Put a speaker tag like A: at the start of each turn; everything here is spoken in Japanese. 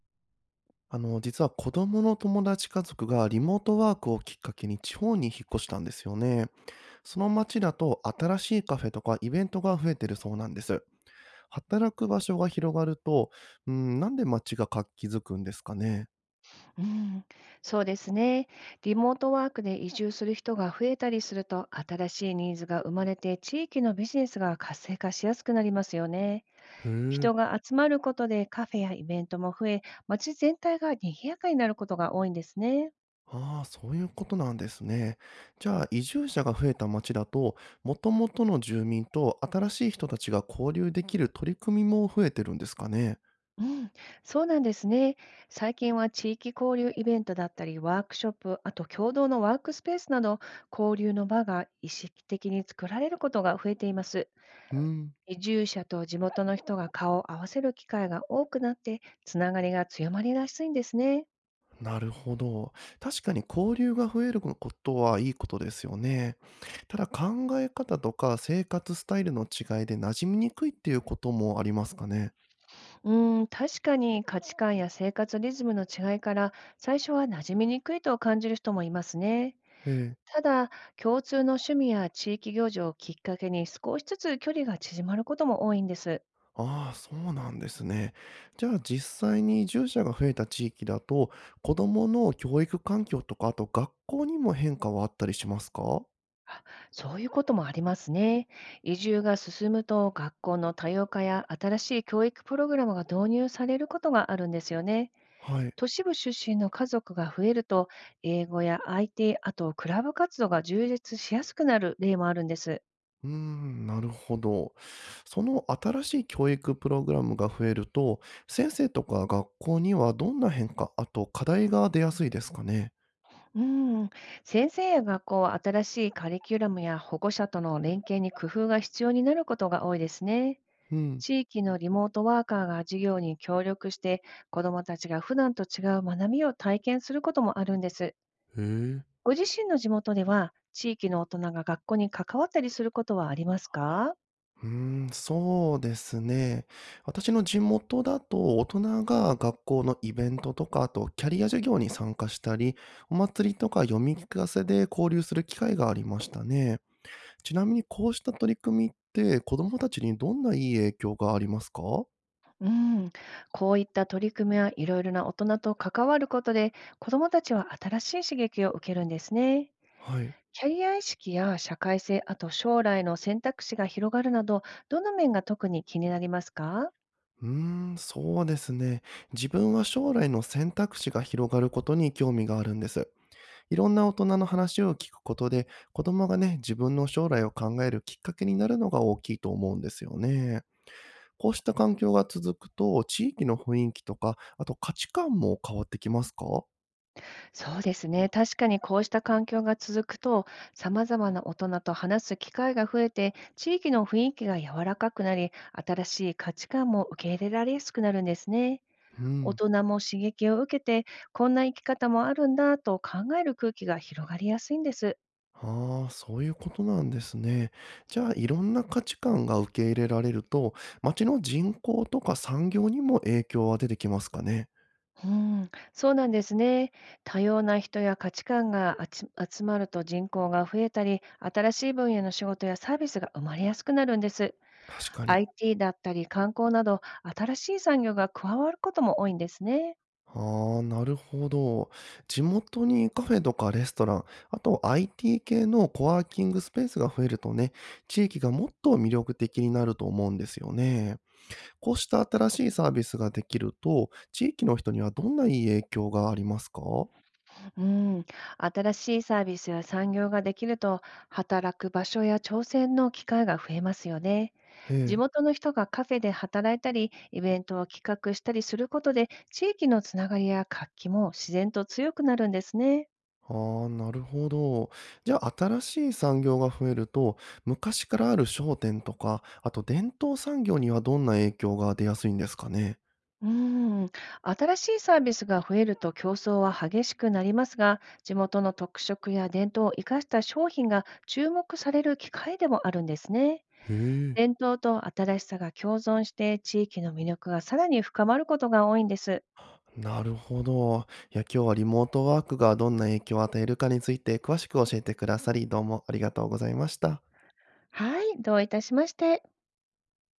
A: 実は子供の友達家族がリモートワークをきっかけに地方に引っ越したんですよね。その街だと新しいカフェとかイベントが増えてるそうなんです。働く場所が広がると、うん、なんで街が活気づくんですかね。
B: うん、そうですね。リモートワークで移住する人が増えたりすると、新しいニーズが生まれて、地域のビジネスが活性化しやすくなりますよね。
A: へえ。
B: 人が集まることでカフェやイベントも増え、街全体が賑やかになることが多いんですね。
A: ああ、そういうことなんですね。じゃあ、移住者が増えた街だと、元々の住民と新しい人たちが交流できる取り組みも増えてるんですかね。
B: うん、そうなんですね。最近は地域交流イベントだったり、ワークショップ、あと共同のワークスペースなど、交流の場が意識的に作られることが増えています。
A: うん。
B: 移住者と地元の人が顔を合わせる機会が多くなって、つながりが強まりやすいんですね。
A: なるほど。確かに交流が増えることはいいことですよね。ただ考え方とか生活スタイルの違いで馴染みにくいっていうこともありますかね。
B: うーん、確かに価値観や生活リズムの違いから、最初は馴染みにくいと感じる人もいますね。
A: ええ。
B: ただ、共通の趣味や地域行事をきっかけに少しずつ距離が縮まることも多いんです。
A: ああ、そうなんですね。じゃあ実際に移住者が増えた地域だと、子供の教育環境とか、あと学校にも変化はあったりしますか。
B: あ、そういうこともありますね。移住が進むと学校の多様化や新しい教育プログラムが導入されることがあるんですよね。
A: はい。
B: 都市部出身の家族が増えると、英語や IT、あとクラブ活動が充実しやすくなる例もあるんです。
A: なるほど。その新しい教育プログラムが増えると、先生とか学校にはどんな変化、あと課題が出やすいですかね？
B: うん、先生や学校は新しいカリキュラムや保護者との連携に工夫が必要になることが多いですね。
A: うん。
B: 地域のリモートワーカーが授業に協力して、子どもたちが普段と違う学びを体験することもあるんです。
A: へえ。
B: ご自身の地元では、地域の大人が学校に関わったりすることはありますか？
A: うーそうですね。私の地元だと、大人が学校のイベントとか、あとキャリア授業に参加したり、お祭りとか読み聞かせで交流する機会がありましたね。ちなみにこうした取り組みって、子どもたちにどんないい影響がありますか？
B: うん、こういった取り組みはいろいろな大人と関わることで、子どもたちは新しい刺激を受けるんですね。
A: はい。
B: キャリア意識や社会性、あと将来の選択肢が広がるなど、どの面が特に気になりますか？
A: うーそうですね。自分は将来の選択肢が広がることに興味があるんです。いろんな大人の話を聞くことで、子供がね、自分の将来を考えるきっかけになるのが大きいと思うんですよね。こうした環境が続くと、地域の雰囲気とか、あと価値観も変わってきますか。
B: そうですね。確かにこうした環境が続くと、様々な大人と話す機会が増えて、地域の雰囲気が柔らかくなり、新しい価値観も受け入れられやすくなるんですね。
A: う
B: 大
A: ん。
B: 人も刺激を受けて、こんな生き方もあるんだと考える空気が広がりやすいんです。
A: ああ、そういうことなんですね。じゃあ、いろんな価値観が受け入れられると、街の人口とか産業にも影響は出てきますかね。
B: うん、そうなんですね。多様な人や価値観が集まると人口が増えたり、新しい分野の仕事やサービスが生まれやすくなるんです。
A: 確かに。
B: IT だったり観光など、新しい産業が加わることも多いんですね。
A: ああ、なるほど。地元にカフェとかレストラン、あと IT 系のコワーキングスペースが増えるとね、地域がもっと魅力的になると思うんですよね。こうした新しいサービスができると、地域の人にはどんないい影響がありますか。
B: うん、新しいサービスや産業ができると、働く場所や挑戦の機会が増えますよね。
A: え
B: 地
A: え。
B: 元の人がカフェで働いたり、イベントを企画したりすることで、地域のつながりや活気も自然と強くなるんですね。
A: ああ、なるほど。じゃあ、新しい産業が増えると、昔からある商店とか、あと伝統産業にはどんな影響が出やすいんですかね。
B: うーん、新しいサービスが増えると競争は激しくなりますが、地元の特色や伝統を生かした商品が注目される機会でもあるんですね。
A: へえ。
B: 伝統と新しさが共存して、地域の魅力がさらに深まることが多いんです。
A: なるほど。いや、今日はリモートワークがどんな影響を与えるかについて詳しく教えてくださり、どうもありがとうございました。
B: はい、どういたしまして。